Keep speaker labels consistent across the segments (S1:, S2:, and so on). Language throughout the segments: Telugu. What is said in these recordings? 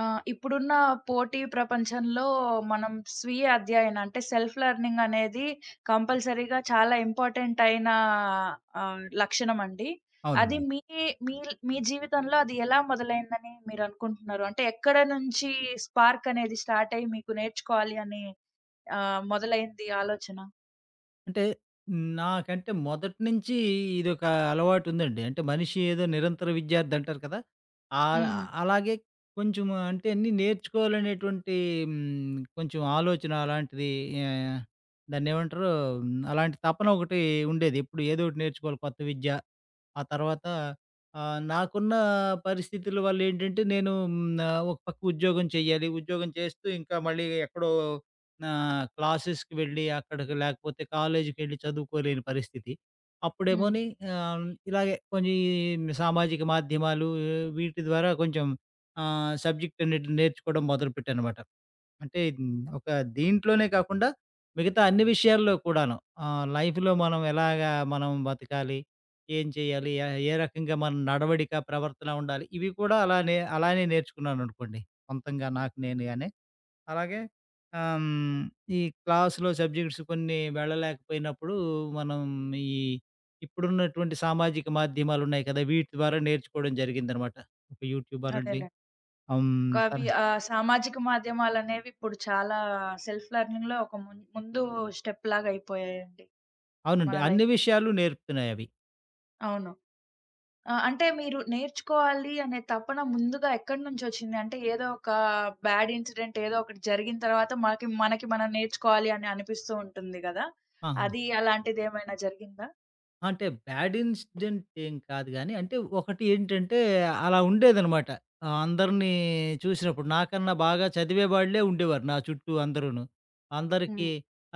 S1: ఆ! ఇప్పుడున్న పోటీ ప్రపంచంలో మనం స్వీయ అధ్యయనం అంటే సెల్ఫ్ లెర్నింగ్ అనేది కంపల్సరీగా చాలా ఇంపార్టెంట్ అయిన లక్షణం అండి. అది
S2: అవునండి.
S1: మీ మీ మీ జీవితంలో అది ఎలా మొదలైందని మీరనుకుంటున్నారు? అంటే ఎక్కడ నుంచి స్పార్క్ అనేది స్టార్ట్ అయ్యి మీకు నేర్చుకోవాలి అని మొదలైంది ఆలోచన?
S2: అంటే నాకంటే మొదటి నుంచి ఇదొక అలవాటు ఉందండి. అంటే మనిషి ఏదో నిరంతర విద్యార్థి అంటారు కదా! ఆహ్,
S1: హ్మ్.
S2: అలాగే కొంచెం అంటే అన్నీ నేర్చుకోవాలనేటువంటి కొంచెం ఆలోచన అలాంటిది ఆహ్, దాన్నేమంటారు? అలాంటి తపన ఒకటి ఉండేది. ఎప్పుడు ఏదో ఒకటి నేర్చుకోవాలి కొత్త విద్య. ఆ తర్వాత నాకున్న పరిస్థితుల వల్ల ఏంటంటే నేను ఒక పక్క ఉద్యోగం చేయాలి. ఉద్యోగం చేస్తూ ఇంకా మళ్ళీ ఎక్కడో నా క్లాసెస్‌కి వెళ్ళి అక్కడికి లేకపోతే కాలేజీకెళ్ళి చదువుకోలేని పరిస్థితి.
S1: హ్మ్.
S2: అప్పుడేమోని ఆహ్, ఇలాగే కొన్ని సామాజిక మాధ్యమాలు వీటి ద్వారా కొంచెం సబ్జెక్ట్ అన్నిటిని నేర్చుకోవడం మొదలుపెట్టానమాట. అంటే ఒక దీంట్లోనే కాకుండా మిగతా అన్ని విషయాల్లో కూడాను. లైఫ్‌లో మనం ఎలాగా మనం బతకాలి? ఏం చేయాలి? ఏ రకంగా మన నడవడిక, ప్రవర్తన ఉండాలి? ఇవి కూడా అలానే అలానే నేర్చుకున్నాననుకోండి. సొంతంగా నాకు నేనుగానే. అలాగే ఆహ్, హ్మ్. ఈ క్లాస్‌లో సబ్జెక్ట్స్ కొన్ని వెళ్ళలేకపోయినప్పుడు మనం ఈ ఇప్పుడున్నటువంటి సామాజిక మాధ్యమాలున్నాయి కదా! వీటి ద్వారా నేర్చుకోవడం జరిగిందనమాట. ఒక యూట్యూబ్ అనండి.
S1: అదేలే.
S2: హ్మ్. తన
S1: కవి సామాజిక మాధ్యమాలనేవి ఇప్పుడు చాలా సెల్ఫ్ లెర్నింగ్‌లో ఒక ముందు స్టెప్ లాగా అయిపోయాయండి
S2: అవునండి.
S1: మన
S2: అన్ని
S1: లైఫ్.
S2: విషయాలు నేర్పుతున్నాయవి.
S1: అవును. ఆ! అంటే మీరు నేర్చుకోవాలి అనే తపన ముందుగా ఎక్కడి నుంచొచ్చింది? అంటే ఏదో ఒక బ్యాడ్ ఇన్సిడెంట్ ఏదో ఒకటి జరిగిన తర్వాత మనకి, మనం నేర్చుకోవాలి అని అనిపిస్తూ ఉంటుంది గదా!
S2: ఆ!
S1: అది అలాంటిదేమైనా జరిగిందా?
S2: అంటే బ్యాడ్ ఇన్సిడెంట్ ఏం కాదు గానీ, అంటే ఒకటి ఏంటంటే అలా ఉండేదనమాట. అందరిని చూసినప్పుడు నాకన్నా బాగా చదివేవాళ్ళే ఉండేవారు నా చుట్టూ అందరూను.
S1: హ్మ్.
S2: అందరికీ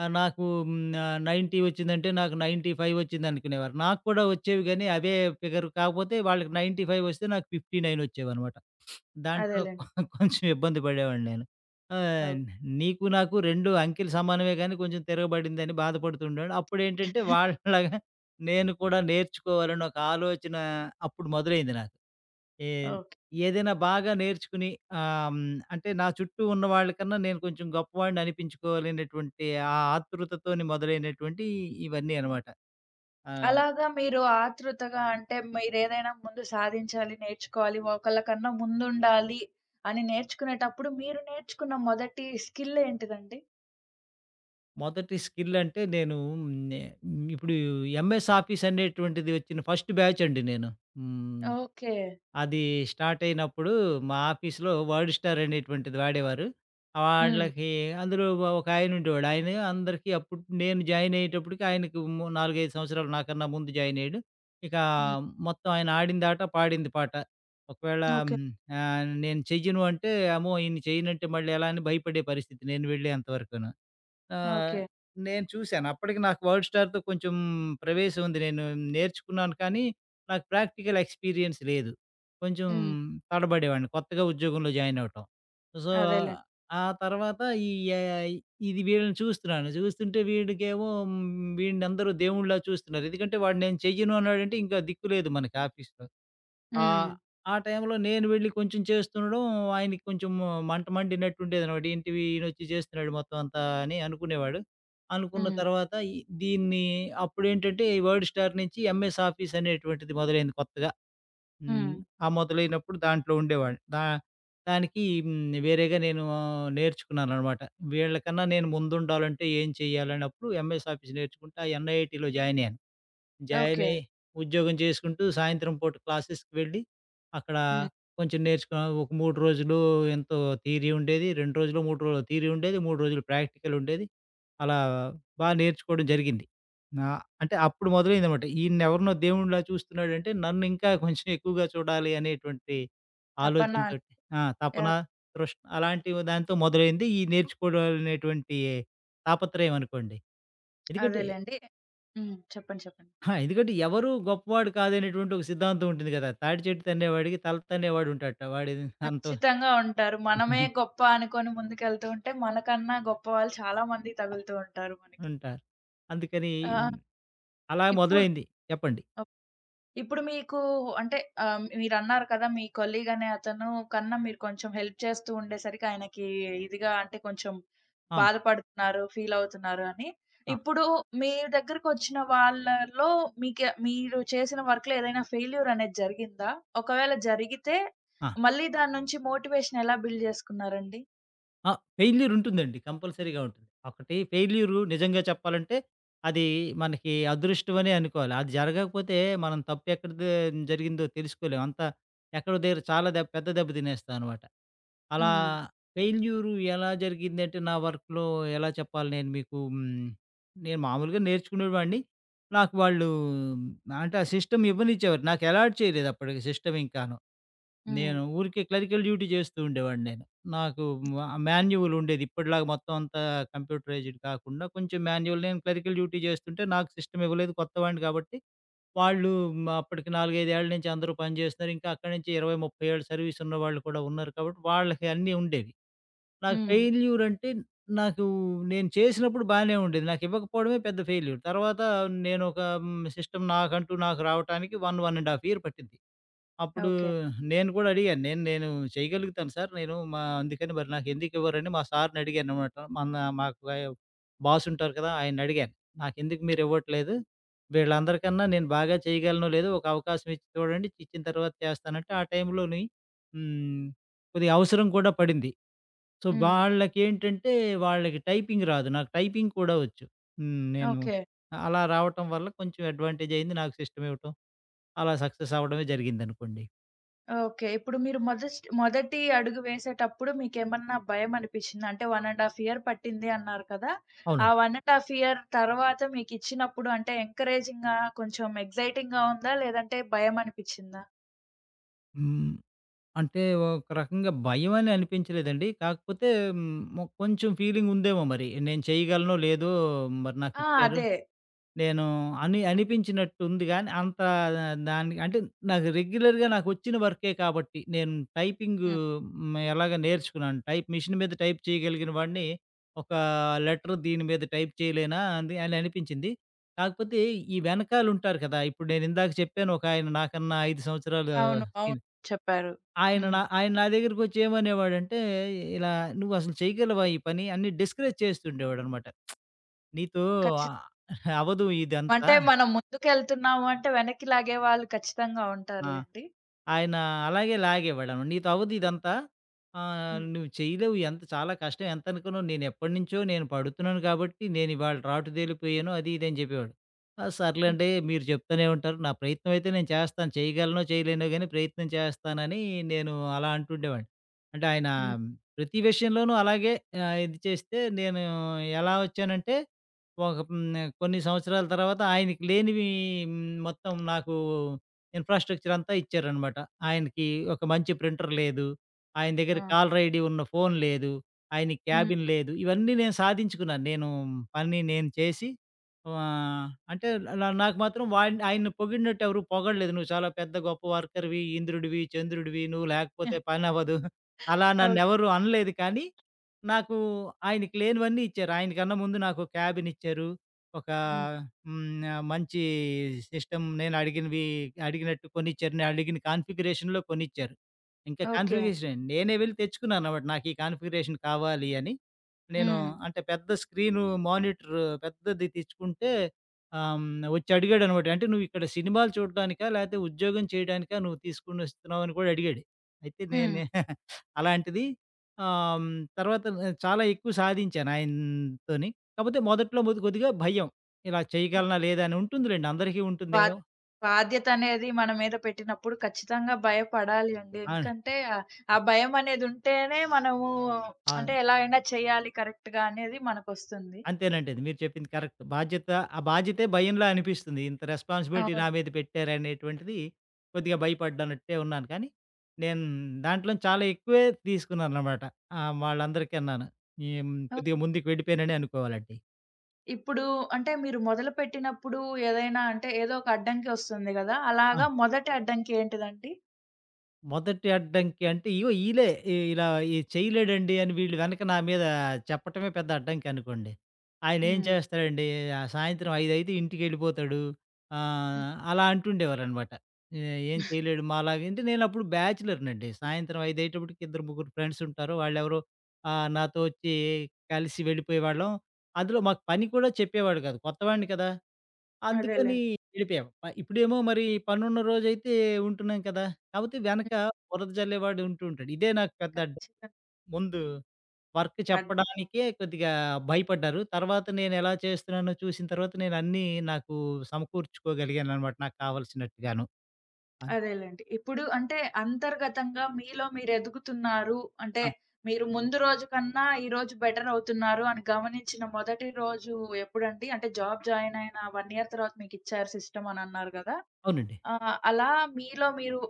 S2: నాకు 90 వచ్చిందంటే నాకు 95 వచ్చిందనుకునేవారు. నాకు కూడా వచ్చేవి గానీ అవే ఫిగర్ కాకపోతే వాళ్ళకి 95 వస్తే నాకు 59 వచ్చేవనమాట. దాంట్లో
S1: అదేలెండి.
S2: కొంచెం ఇబ్బంది పడేవాడిని నేను. ఆహ్,
S1: ఓకే.
S2: నీకు నాకు 2 అంకెలు సమానమే గానీ కొంచెం తిరగబడిందని బాధపడుతుండేవాడిని. అప్పుడేంటంటే వాళ్ళలాగా నేను కూడా నేర్చుకోవాలని ఒక ఆలోచన అప్పుడు మొదలైంది నాకు. ఏ
S1: ఓకే.
S2: ఏదైనా బాగా నేర్చుకుని ఆహ్, హ్మ్, అంటే నా చుట్టూ ఉన్న వాళ్ళకన్నా నేను కొంచెం గొప్పవాడిని అనిపించుకోవాలనేటువంటి ఆ ఆతృతతోని మొదలైనటువంటి ఇవన్నీ అనమాట. ఆహ్,
S1: అలాగా మీరు ఆతృతగా అంటే మీరేదైనా ముందు సాధించాలి, నేర్చుకోవాలి, ఒకళ్ళకన్నా ముందుండాలి అని నేర్చుకునేటప్పుడు మీరు నేర్చుకున్న మొదటి స్కిల్ ఏంటిదండి?
S2: మొదటి స్కిల్ అంటే నేను నే ఇప్పుడు ఎంఎస్ ఆఫీస్ అనేటువంటిది వచ్చిన ఫస్ట్ బ్యాచ్ అండి నేను. హ్మ్.
S1: ఓకే.
S2: అది స్టార్ట్ అయినప్పుడు మా ఆఫీస్‌లో వర్డ్ స్టార్ అనేటువంటిది వాడేవారు.
S1: హ్మ్.
S2: వాళ్ళకి అందులో ఒక ఆయన ఉండేవాడు. ఆయన అందరికీ అప్పుడు నేను జాయిన్ అయ్యేటప్పటికి ఆయనకి 4, 5 సంవత్సరాలు నాకన్నా ముందు జాయిన్ అయ్యాడు. ఇక
S1: హ్మ్.
S2: మొత్తం ఆయన ఆడింది ఆట, పాడింది పాట. ఒకవేళ
S1: ఓకే.
S2: నేను చెయ్యను అంటే, అమ్మో! ఈయన చెయ్యనంటే మళ్ళీ ఎలా అని భయపడే పరిస్థితి నేను వెళ్ళేంత వరకును. ఆహ్,
S1: ఓకే.
S2: నేను చూసాను. అప్పటికి నాకు వరల్డ్ స్టార్‌తో కొంచెం ప్రవేశం ఉంది. నేను నేర్చుకున్నాను కానీ, నాకు ప్రాక్టికల్ ఎక్స్‌పీరియన్స్ లేదు. కొంచెం
S1: హ్మ్.
S2: తడబడేవాడిని కొత్తగా ఉద్యోగంలో జాయిన్ అవ్వటం. సో,
S1: అదేలెండి.
S2: ఆ తర్వాత ఈ ఏఐ ఇది వీళ్ళని చూస్తున్నాను. చూస్తుంటే వీడికేమో వీడినందరూ దేవుడిలా చూస్తున్నారు. ఎందుకంటే వాడు నేను చెయ్యను అన్నాడంటే ఇంకా దిక్కు లేదు మనకి ఆఫీస్‌లో.
S1: హ్మ్.
S2: ఆహ్, ఆ టైంలో నేను వెళ్లి కొంచెం చేస్తుండడం, ఆయనకి కొంచెం మంట మండినట్టుండేదనమాట. ఏంటివి ఈయనొచ్చి చేస్తున్నాడు మొత్తం అంతా అని అనుకునేవాడు. అనుకున్న
S1: హ్మ్.
S2: తర్వాత ఈ దీన్ని అప్పుడేంటంటే ఈ వర్డ్ స్టార్ నుంచి ఎంఎస్ ఆఫీస్ అనేటువంటిది మొదలైంది కొత్తగా.
S1: హ్మ్.
S2: హ్మ్. ఆ మొదలైనప్పుడు దాంట్లో ఉండేవాడిని. దానికి వేరేగా నేను నేర్చుకున్నాననమాట. వీళ్ళకన్నా నేను ముందుండాలంటే ఏం చేయాలన్నప్పుడు ఎంఎస్ ఆఫీస్ నేర్చుకుంటే ఆ ఎన్ఐటీలో జాయిన్ అయ్యాను. Join
S1: okay.
S2: అయ్యి ఉద్యోగం చేసుకుంటూ సాయంత్రం పూట క్లాసెస్‌కి వెళ్ళి, అక్కడ
S1: హ్మ్.
S2: కొంచెం నేర్చుకున్నా. ఒక 3 రోజులు ఎంతో థియరీ ఉండేది. 2 రోజులో, 3 రోజులో థియరీ ఉండేది. 3 రోజులు ప్రాక్టికల్ ఉండేది. అలా నేర్చుకోవడం జరిగింది. నా అంటే అప్పుడు మొదలైందనమాట. ఈయన్నెవరినో దేవుడిలా చూస్తున్నాడంటే నన్ను ఇంకా కొంచెం ఎక్కువగా చూడాలి అనేటువంటి
S1: తపన.
S2: ఆలోచనతోటి ఆ! తపన,
S1: యాహ్!
S2: తృష్ణ అలాంటి దాంతో మొదలైంది. ఈ నేర్చుకోవడం అనేటువంటి తాపత్రయం అనుకోండి. ఎందుకంటే
S1: అదేలెండి. హ్మ్. చెప్పండి. చెప్పండి.
S2: ఆ! ఎందుకంటే ఎవరు గొప్పవాడు కాదనేటువంటి ఒక సిద్ధాంతం ఉంటుంది గదా! తాటి చెట్టు తన్నేవాడికి తల తన్నేవాడు ఉంటాడట. వాడి అంత
S1: ఖచ్చితంగా ఉంటారు. మనమే గొప్ప అనుకోని ముందుకెళ్తూ ఉంటే, మనకన్నా గొప్ప వాళ్ళు చాలా మంది తగులుతూ ఉంటారు మనకి.
S2: ఉంటారు. అందుకని
S1: ఆ!
S2: అలా
S1: ఇప్పుడు
S2: మొదలైంది. చెప్పండి.
S1: ఇప్పుడు మీకు అంటే మీరన్నారు కదా! మీ కొలీగ్ అనే అతను కన్నా మీరు కొంచెం హెల్ప్ చేస్తూ ఉండేసరికి ఆయనకి ఇదిగా అంటే కొంచెం
S2: ఆ!
S1: బాధపడుతున్నారు, ఫీల్ అవుతున్నారు అని.
S2: ఆ!
S1: ఇప్పుడు మీ దగ్గరకొచ్చిన వాళ్ళలో మీకే మీరు చేసిన వర్క్‌లో ఏదైనా ఫెయిల్యూర్ అనేది జరిగిందా? ఒకవేళ జరిగితే
S2: ఆ!
S1: మళ్ళీ దాని నుంచి మోటివేషన్ ఎలా బిల్డ్ చేసుకున్నారండి?
S2: ఆ! ఫెయిల్యూర్ ఉంటుందండి. కంపల్సరీగా ఉంటుంది. ఒకటి ఫెయిల్యూరు నిజంగా చెప్పాలంటే అది మనకి అదృష్టమనే అనుకోవాలి. అది జరగకపోతే మనం తప్పెక్కడ జరిగిందో తెలుసుకోలేం. అంత ఎక్కడో దగ్గర చాలా పెద్ద దెబ్బ తినేస్తామనమాట. అలా
S1: హ్మ్.
S2: ఫెయిల్యూర్ ఎలా జరిగిందంటే నా వర్క్‌లో ఎలా చెప్పాలి నేను మీకు నేను మామూలుగా నేర్చుకునేవాడిని. నాకు వాళ్ళు అంటే ఆ సిస్టమ్ ఇవ్వనిచ్చేవారు. నాకు అలాట్ చేయలేదు అప్పటికి సిస్టమ్ ఇంకాను.
S1: హ్మ్.
S2: నేను ఊరికే క్లరికల్ డ్యూటీ చేస్తూ ఉండేవాడిని నేను. నాకు మా మాన్యువల్ ఉండేది. ఇప్పటిలాగా మొత్తం అంతా కంప్యూటరైజ్డ్ కాకుండా కొంచెం మాన్యువల్ నేను క్లరికల్ డ్యూటీ చేస్తుంటే నాకు సిస్టమ్ ఇవ్వలేదు కొత్తవాడిని కాబట్టి వాళ్ళు అప్పటికి 4, 5 ఏళ్ల నుంచి అందరూ పనిచేస్తున్నారు. ఇంకా అక్కడి నుంచి 20, 30 ఏళ్ళు సర్వీస్ ఉన్నవాళ్ళు కూడా ఉన్నారు కాబట్టి, వాళ్ళకి అన్నీ ఉండేవి. నాకు
S1: హ్మ్.
S2: ఫెయిల్యూర్ అంటే నాకు నేను చేసినప్పుడు బానే ఉండేది. నాకు ఇవ్వకపోవడమే పెద్ద ఫెయిల్యూర్. తర్వాత నేనొక సిస్టమ్ నాకంటూ నాకు రావటానికి 1, 1 ½ ఇయర్ పట్టింది. అప్పుడు
S1: ఓకే.
S2: నేను కూడా అడిగాను. నేను నేను చేయగలుగుతాను సార్. నేను మా అందుకని మరి నాకెందుకివ్వరని మా సార్‌ని అడిగాననమాట. మాకు బాస్ ఉంటారు కదా! ఆయన్నడిగాను. నాకెందుకు మీరివ్వట్లేదు? వీళ్ళందరికన్నా నేను బాగా చేయగలనో లేదో ఒక అవకాశం ఇచ్చి చూడండి. ఇచ్చిన తర్వాత చేస్తానంటే ఆ టైంలోని హ్మ్. కొద్దిగా అవసరం కూడా పడింది. సో,
S1: హ్మ్.
S2: వాళ్ళకేంటంటే వాళ్ళకి టైపింగ్ రాదు. నాకు టైపింగ్ కూడా వచ్చు. నేను
S1: ఓకే.
S2: అలా రావటం వల్ల కొంచెం అడ్వాంటేజ్ అయింది. నాకు సిస్టమ్ ఇవ్వటం అలా సక్సెస్ అవ్వడమే జరిగిందనుకోండి.
S1: ఓకే. ఇప్పుడు మీరు మొదటి అడుగు వేసేటప్పుడు మీకేమన్నా భయమనిపిచ్చిందా? అంటే 1 ½ ఇయర్ పట్టింది అన్నారు కదా!
S2: అవును.
S1: ఆ 1 ½ ఇయర్ తర్వాత మీకిచ్చినప్పుడు అంటే ఎంకరేజింగ్‌గా కొంచెం ఎక్సైటింగ్‌గా ఉందా? లేదంటే భయమనిపిచ్చిందా?
S2: హ్మ్. అంటే ఒక రకంగా భయమని అనిపించలేదండి. కాకపోతే హ్మ్, ఒ కొంచెం ఫీలింగ్ ఉందేమో మరి. నేను చేయగలనో లేదో మరి
S1: ఆ!
S2: నాకిచ్చారు.
S1: అదే.
S2: నేను అని అనిపించినట్టుంది గానీ అంత దానికి అంటే నాకు రెగ్యులర్‌గా నాకొచ్చిన వర్కే కాబట్టి నేను టైపింగ్
S1: హ్మ్.
S2: ఎలాగ నేర్చుకున్నాను. టైప్ మిషన్ మీద టైప్ చేయగలిగిన వాడిని ఒక లెటర్ దీని మీద టైప్ చేయలేనా అని అని అనిపించింది. కాకపోతే ఈ వెనకాలుంటారు కదా! ఇప్పుడు నేనిందాక చెప్పాను ఒకాయన నాకన్నా 5 సంవత్సరాలు
S1: అవును. అవును. చెప్పారు. హ్మ్.
S2: ఆయన నా దగ్గరికొచ్చి ఏమనేవాడంటే, ఇలా "నువ్వసలు చేయగలవా ఈ పని?" అని డిస్కరేజ్ చేస్తుండేవాడనమాట. "నీతో
S1: ఖచ్చిత
S2: ఆ- అవ్వదు ఇదంతా."
S1: అంటే మనం ముందుకెళ్తున్నాము అంటే వెనక్కి లాగే వాళ్ళు ఖచ్చితంగా
S2: ఆ!
S1: ఉంటారులెండి.
S2: ఆయన అలాగే లాగేవాడనమాట. "నీతవ్వదు ఇదంతా.
S1: హ్మ్.
S2: నువ్వు చేయలేవు. ఎంత చాలా కష్టం. ఎంతనుకున్నావు? నేనెప్పటినుంచో నేను ఎప్పటి నుంచో నేను పడుతున్నాను కాబట్టి, నేనివాళ రాటుదేలిపోయాను." అది, ఇది అని చెప్పేవాడు. ఆ!
S1: హ్మ్.
S2: సర్లేండి మీరు చెప్తూనే ఉంటారు. నా ప్రయత్నం అయితే నేను చేస్తాను. చేయగలనో, చేయలేనో గానీ ప్రయత్నం చేస్తానని నేను అలా అంటుండేవాడిని. అంటే ఆయన
S1: హ్మ్.
S2: ప్రతి విషయంలోనూ అలాగే ఇది చేస్తే నేను ఎలా వచ్చానంటే, ఒక కొన్ని సంవత్సరాల తర్వాత ఆయనకి లేనివి మొత్తం నాకు ఇన్‌ఫ్రాస్ట్రక్చర్ అంతా ఇచ్చారనమాట. ఆయనకి ఒక మంచి ప్రింటర్ లేదు. ఆయన దగ్గర
S1: ఆ!
S2: కాలర్ ఐడీ ఉన్న ఫోన్ లేదు. ఆయనకి
S1: హ్మ్.
S2: క్యాబిన్ లేదు. ఇవన్నీ నేను సాధించుకున్నాను. పని నేను చేసి అంటే నాకు మాత్రం వాడిని ఆయన్ని పొగిడినట్టు ఎవరు పొగడలేదు. "నువ్వు చాలా పెద్ద గొప్ప వర్కర్‌వి, ఇంద్రుడివి, చంద్రుడివి. నువ్వు లేకపోతే పనవ్వదు." అలా
S1: ఓహ్!
S2: నన్నెవరు అనలేదు. కానీ నాకు ఆయనకి లేనివన్నీ ఇచ్చారు. ఆయనకన్నా ముందు నాకు క్యాబిన్ ఇచ్చారు. ఒక
S1: హ్మ్.
S2: మంచి సిస్టమ్ నేను అడిగినవి అడిగినట్టు కొనిచ్చారు. నేను అడిగిన కాన్ఫిగరేషన్‌లో కొనిచ్చారు. ఇంకా
S1: ఓకే.
S2: కాన్ఫిగరేషన్ నేనే వెళ్లి తెచ్చుకున్నానన్నమాట. నాకు ఈ కాన్ఫిగరేషన్ కావాలి అని. నేను
S1: హ్మ్.
S2: అంటే పెద్ద స్క్రీను మానిటర్ పెద్దది తెచ్చుకుంటే ఆహ్, హ్మ్. వచ్చి అడిగాడన్నమాట. "అంటే నువ్వు ఇక్కడ సినిమాలు చూడడానికా? లేకపోతే ఉద్యోగం చేయడానికా నువ్వు తీసుకొని వస్తున్నావు?" అని కూడా అడిగాడు. అయితే
S1: హ్మ్.
S2: నేను అలాంటిది ఆహ్, హ్మ్. తర్వాత చాలా ఎక్కువ సాధించాను ఆయనతోని. కాపోతే మొదట్లో కొద్దిగా భయం. ఇలా చేయగలనా? లేదా? అని ఉంటుందిలెండి. అందరికీ
S1: బా
S2: ఉంటుందేమో.
S1: బాధ్యతనేది మన మీద పెట్టినప్పుడు ఖచ్చితంగా భయపడాలి అండి.
S2: ఆ!
S1: ఎందుకంటే ఆ భయమనేదుంటేనే మనము
S2: ఆ!
S1: అంటే ఎలా అయినా చేయాలి కరెక్ట్‌గా అనేది మనకొస్తుంది.
S2: అంతేనండి. అది మీరు చెప్పింది కరెక్ట్. బాధ్యత ఆ బాధ్యతే భయంలా అనిపిస్తుంది. ఇంత రెస్పాన్సిబిలిటీ నా
S1: అవును.
S2: మీద పెట్టారనేటువంటిది కొద్దిగా భయపడ్డానట్టే ఉన్నాను. కానీ నేను దాంట్లోని చాలా ఎక్కువే తీసుకున్నాననమాట. వాళ్ళందరికన్నాను. ఈ
S1: ఓహ్!
S2: కొద్దిగా ముందుకు వెళ్ళిపోయాననే అనుకోవాలండి.
S1: ఇప్పుడు అంటే మీరు మొదలుపెట్టినప్పుడు ఏదైనా అంటే ఏదో ఒక అడ్డంకి వస్తుంది గదా!
S2: ఆ!
S1: అలాగా మొదటి అడ్డంకి ఏంటిదండి?
S2: మొదటి అడ్డంకి అంటే ఇగో ఈలే. ఇలా ఇది చేయలేడండి అని వీళ్ళు వెనక నా మీద చెప్పటమే పెద్ద అడ్డంకి అనుకోండి. ఆయనేం
S1: హ్మ్.
S2: చేస్తాడండి సాయంత్రం 5:00 ఇంటికెళ్ళిపోతాడు.
S1: హ్మ్.
S2: అలా అంటుండేవారనమాట. ఏ ఏం చేయలేడు మాలాగా అంటే నేనప్పుడు బ్యాచిలర్‌నండి. సాయంత్రం 5 అయ్యేటప్పటికి ఇద్దరు, ముగ్గురు ఫ్రెండ్స్ ఉంటారు. వాళ్ళెవరో నాతో వచ్చి కలిసి వెళ్ళిపోయేవాళ్ళం. అందులో మాకు పని కూడా చెప్పేవాడు కాదు. కొత్తవాడిని కదా! అందుకని
S1: అదేలెండి.
S2: వెళ్ళిపోయాం. ఇప్పుడేమో మరి పనున్న రోజైతే ఉంటున్నాం కదా! కాపోతే
S1: హ్మ్.
S2: వెనక బురద జల్లేవాడు ఉంటూ ఉంటాడు. ఇదే నాకు పెద్ద అడ్డం.
S1: ఖచ్చితంగా.
S2: ముందు వర్క్
S1: అడ్
S2: చెప్పడానికే కొద్దిగా భయపడ్డారు. తర్వాత నేనెలా చేస్తున్నానో చూసిన తర్వాత నేనన్నీ నాకు సమకూర్చుకోగలిగాననమాట నాకు కావాల్సినట్టుగాను. అన్
S1: అదేలెండి. ఇప్పుడు అంటే అంతర్గతంగా మీలో మీరెదుగుతున్నారు. అంటే
S2: ఆ!
S1: మీరు ముందు రోజు కన్నా ఈ రోజు బెటర్ అవుతున్నారు అని గమనించిన మొదటి రోజు ఎప్పుడండి? అంటే జాబ్ జాయిన్ అయిన 1 ఇయర్ తర్వాత మీకిచ్చారు సిస్టమ్ అనన్నారు గదా!
S2: అవునండి.
S1: అలా మీలో మీరు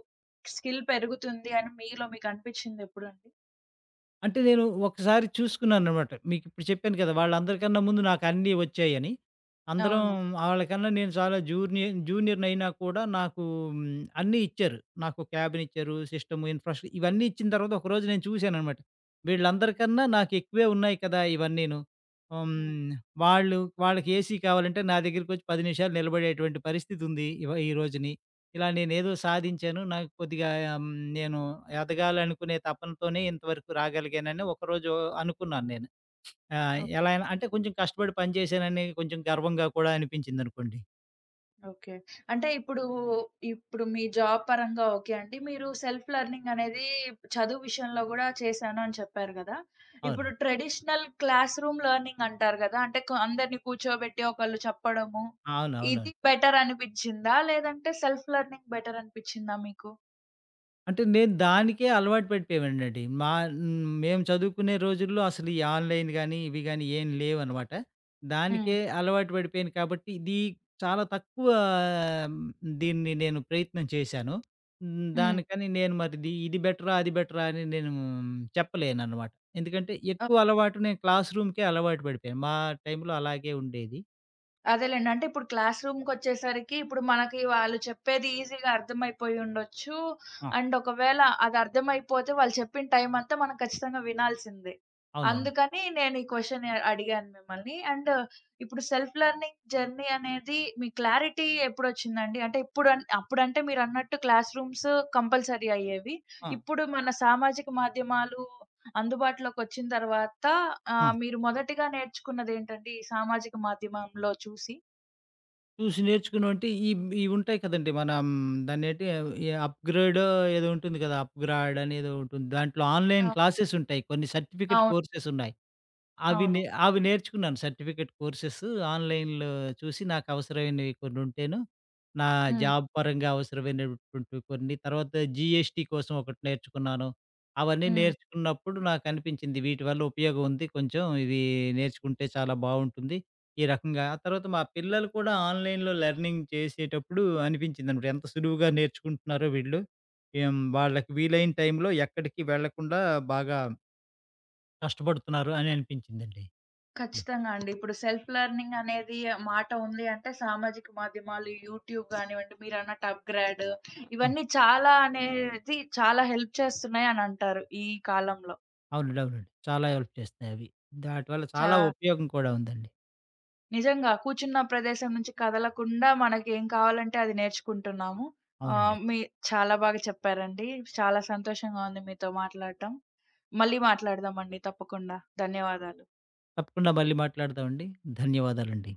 S1: స్కిల్ పెరుగుతుంది అని మీలో మీకనిపించిందెప్పుడండి?
S2: అంటే నేను ఒకసారి చూసుకున్నాననమాట. మీకిప్పుడు చెప్పాను కదా! వాళ్ళందరికన్నా ముందు నాకన్నీ వచ్చాయని. అందరం
S1: అవును.
S2: ఆళ్ళకన్నా నేను చాలా జూనియర్‌నయినా కూడా నాకు హ్మ్, అన్నీ ఇచ్చారు. నాకు క్యాబినిచ్చారు, సిస్టము, ఇవన్నీ ఇచ్చిన తర్వాత ఒకరోజు నేను చూసాననమాట. వీళ్ళందరికన్నా నాకెక్కువే ఉన్నాయి కదా! ఇవన్నీను. హ్మ్,
S1: హ్మ్.
S2: వాళ్ళు వాళ్ళకి ఏసీ కావాలంటే నా దగ్గరికొచ్చి 10 నిమిషాలు నిలబడేటువంటి పరిస్థితుంది ఈ రోజుని. ఇలా నేనేదో సాధించాను. నాకు కొద్దిగా హ్మ్, నేను ఎదగాలనుకునే తపనతోనే ఇంతవరకు రాగలిగానని ఒకరోజు అనుకున్నాను నేను.
S1: ఓకే.
S2: ఎలా అయినా అంటే కొంచెం కష్టపడి పని చేశానని కొంచెం గర్వంగా కూడా అనిపించిందనుకోండి.
S1: ఓకే. అంటే ఇప్పుడు మీ జాబ్ పరంగా ఓకే అండి. మీరు సెల్ఫ్ లెర్నింగ్ అనేది చదువు విషయంలో గూడా చేశాను అని చెప్పారు గదా! ఇప్పుడు
S2: అవునండి.
S1: ట్రెడిషనల్ క్లాస్ రూమ్ లెర్నింగ్ అంటారు గదా! అంటే అందరిని కూర్చోబెట్టి ఒకళ్ళు చెప్పడము.
S2: అవునవును.
S1: ఇది బెటర్ అనిపించిందా? లేదంటే సెల్ఫ్ లెర్నింగ్ బెటర్ అనిపించిందా మీకు?
S2: అంటే నేను దానికే అలవాటు పెట్టేవాడినండి. మా హ్మ్. మేము చదువుకునే రోజుల్లో అసలు ఈ ఆన్‌లైన్ గాని, ఇవి గాని ఏం లేవనమాట.
S1: హ్మ్.
S2: దానికే అలవాటు పడిపోయాను కాబట్టి, ఇది చాలా తక్కువ మ్, దీన్ని నేను ప్రయత్నం చేశాను. హ్మ్.
S1: హ్మ్.
S2: దానికని నేను మరిది ఇది ఇది బెటరా? అది బెటరా? అని నేను చెప్పలేననమాట. ఎందుకంటే ఎక్కువ అలవాటు నేను క్లాస్ రూమ్‌కే అలవాటు పడిపోయాను. మా టైంలో అలాగే ఉండేది.
S1: అదేలెండి. అంటే ఇప్పుడు క్లాస్ రూమ్‌కొచ్చేసరికి ఇప్పుడు మనకి వాళ్ళు చెప్పేది ఈజీగా అర్థమైపోయి ఉండొచ్చు.
S2: ఆ!
S1: అండ్ ఒకవేళ అది అర్థమైపోతే వాళ్ళు చెప్పిన టైం అంతా మనం ఖచ్చితంగా వినాల్సిందే.
S2: అవునవును.
S1: అందుకని నేను ఈ క్వెషన్ అడిగాను మిమ్మల్ని. అండ్ ఇప్పుడు సెల్ఫ్ లెర్నింగ్ జర్నీ అనేది మీ క్లారిటీ ఎప్పుడొచ్చిందండి? అంటే ఇప్పుడు అప్పుడంటే మీరన్నట్టు క్లాస్ రూమ్స్ కంపల్సరీ అయ్యేవి.
S2: ఆ!
S1: ఇప్పుడు మన సామాజిక మాధ్యమాలు అందుబాటులోకొచ్చిన తర్వాత
S2: ఆ!
S1: మీరు మొదటిగా నేర్చుకున్నదేంటంటే ఈ సామాజిక మాధ్యమంలో చూసి.
S2: చూసి నేర్చుకున్నాం అంటే ఈ ఇవుంటాయి కదండీ. మనం దాన్నేంటి ఈ అప్‌గ్రేడో ఏదో ఉంటుంది కదా! అప్‌గ్రాడ్ అనేదో ఉంటుంది. దాంట్లో ఆన్‌లైన్
S1: ఆహ్,
S2: క్లాసెస్ ఉంటాయి. కొన్ని సర్టిఫికేట్
S1: అవును.
S2: కోర్సెస్ ఉన్నాయి.
S1: అవును.
S2: అవి నేర్చుకున్నాను. సర్టిఫికేట్ కోర్సెస్ ఆన్‌లైన్‌లో చూసి నాకు అవసరమైనవి కొన్ని ఉంటేను, నా
S1: హ్మ్.
S2: జాబ్ పరంగా అవసరమైనటువంటివి కొన్ని, తర్వాత జీఎస్టీ కోసం ఒకటి నేర్చుకున్నాను. అవన్నీ
S1: హ్మ్.
S2: నేర్చుకున్నప్పుడు నాకనిపించింది వీటి వల్ల ఉపయోగం ఉంది. కొంచెం ఇవి నేర్చుకుంటే చాలా బావుంటుంది. ఈ రకంగా ఆ తర్వాత మా పిల్లలు కూడా ఆన్‌లైన్‌లో లెర్నింగ్ చేసేటప్పుడు అనిపించిందనమాట. ఎంత సులువుగా నేర్చుకుంటున్నారో వీళ్ళు. ఏం వాళ్ళకి వీలైన టైంలో ఎక్కడికి వెళ్ళకుండా బాగా కష్టపడుతున్నారు అని అనిపించిందండి.
S1: ఖచ్చితంగా అండి. ఇప్పుడు సెల్ఫ్ లెర్నింగ్ అనేది మాట ఉంది అంటే సామాజిక మాధ్యమాలు, యూట్యూబ్ గానివ్వండి, మీరన్నట్టు అప్‌గ్రేడ్
S2: హ్మ్.
S1: ఇవన్నీ చాలా అనేది చాలా హెల్ప్ చేస్తున్నాయనంటారు ఈ కాలంలో.
S2: అవునండి. అవునండి. చాలా హెల్ప్ చేస్తున్నాయి అవి. దాటి వల్ల
S1: చా
S2: చాలా ఉపయోగం కూడా ఉందండి.
S1: నిజంగా. కూర్చున్న ప్రదేశం నుంచి కదలకుండా మనకేం కావాలంటే అది నేర్చుకుంటున్నాము. ఆహ్,
S2: అవునండి.
S1: మీ చాలా బాగా చెప్పారండి. చాలా సంతోషంగా ఉంది మీతో మాట్లాడటం. మళ్ళీ మాట్లాడదామండి తప్పకుండా. ధన్యవాదాలు.
S2: తప్పకుండా మళ్ళీ మాట్లాడదామండి. ధన్యవాదాలండి.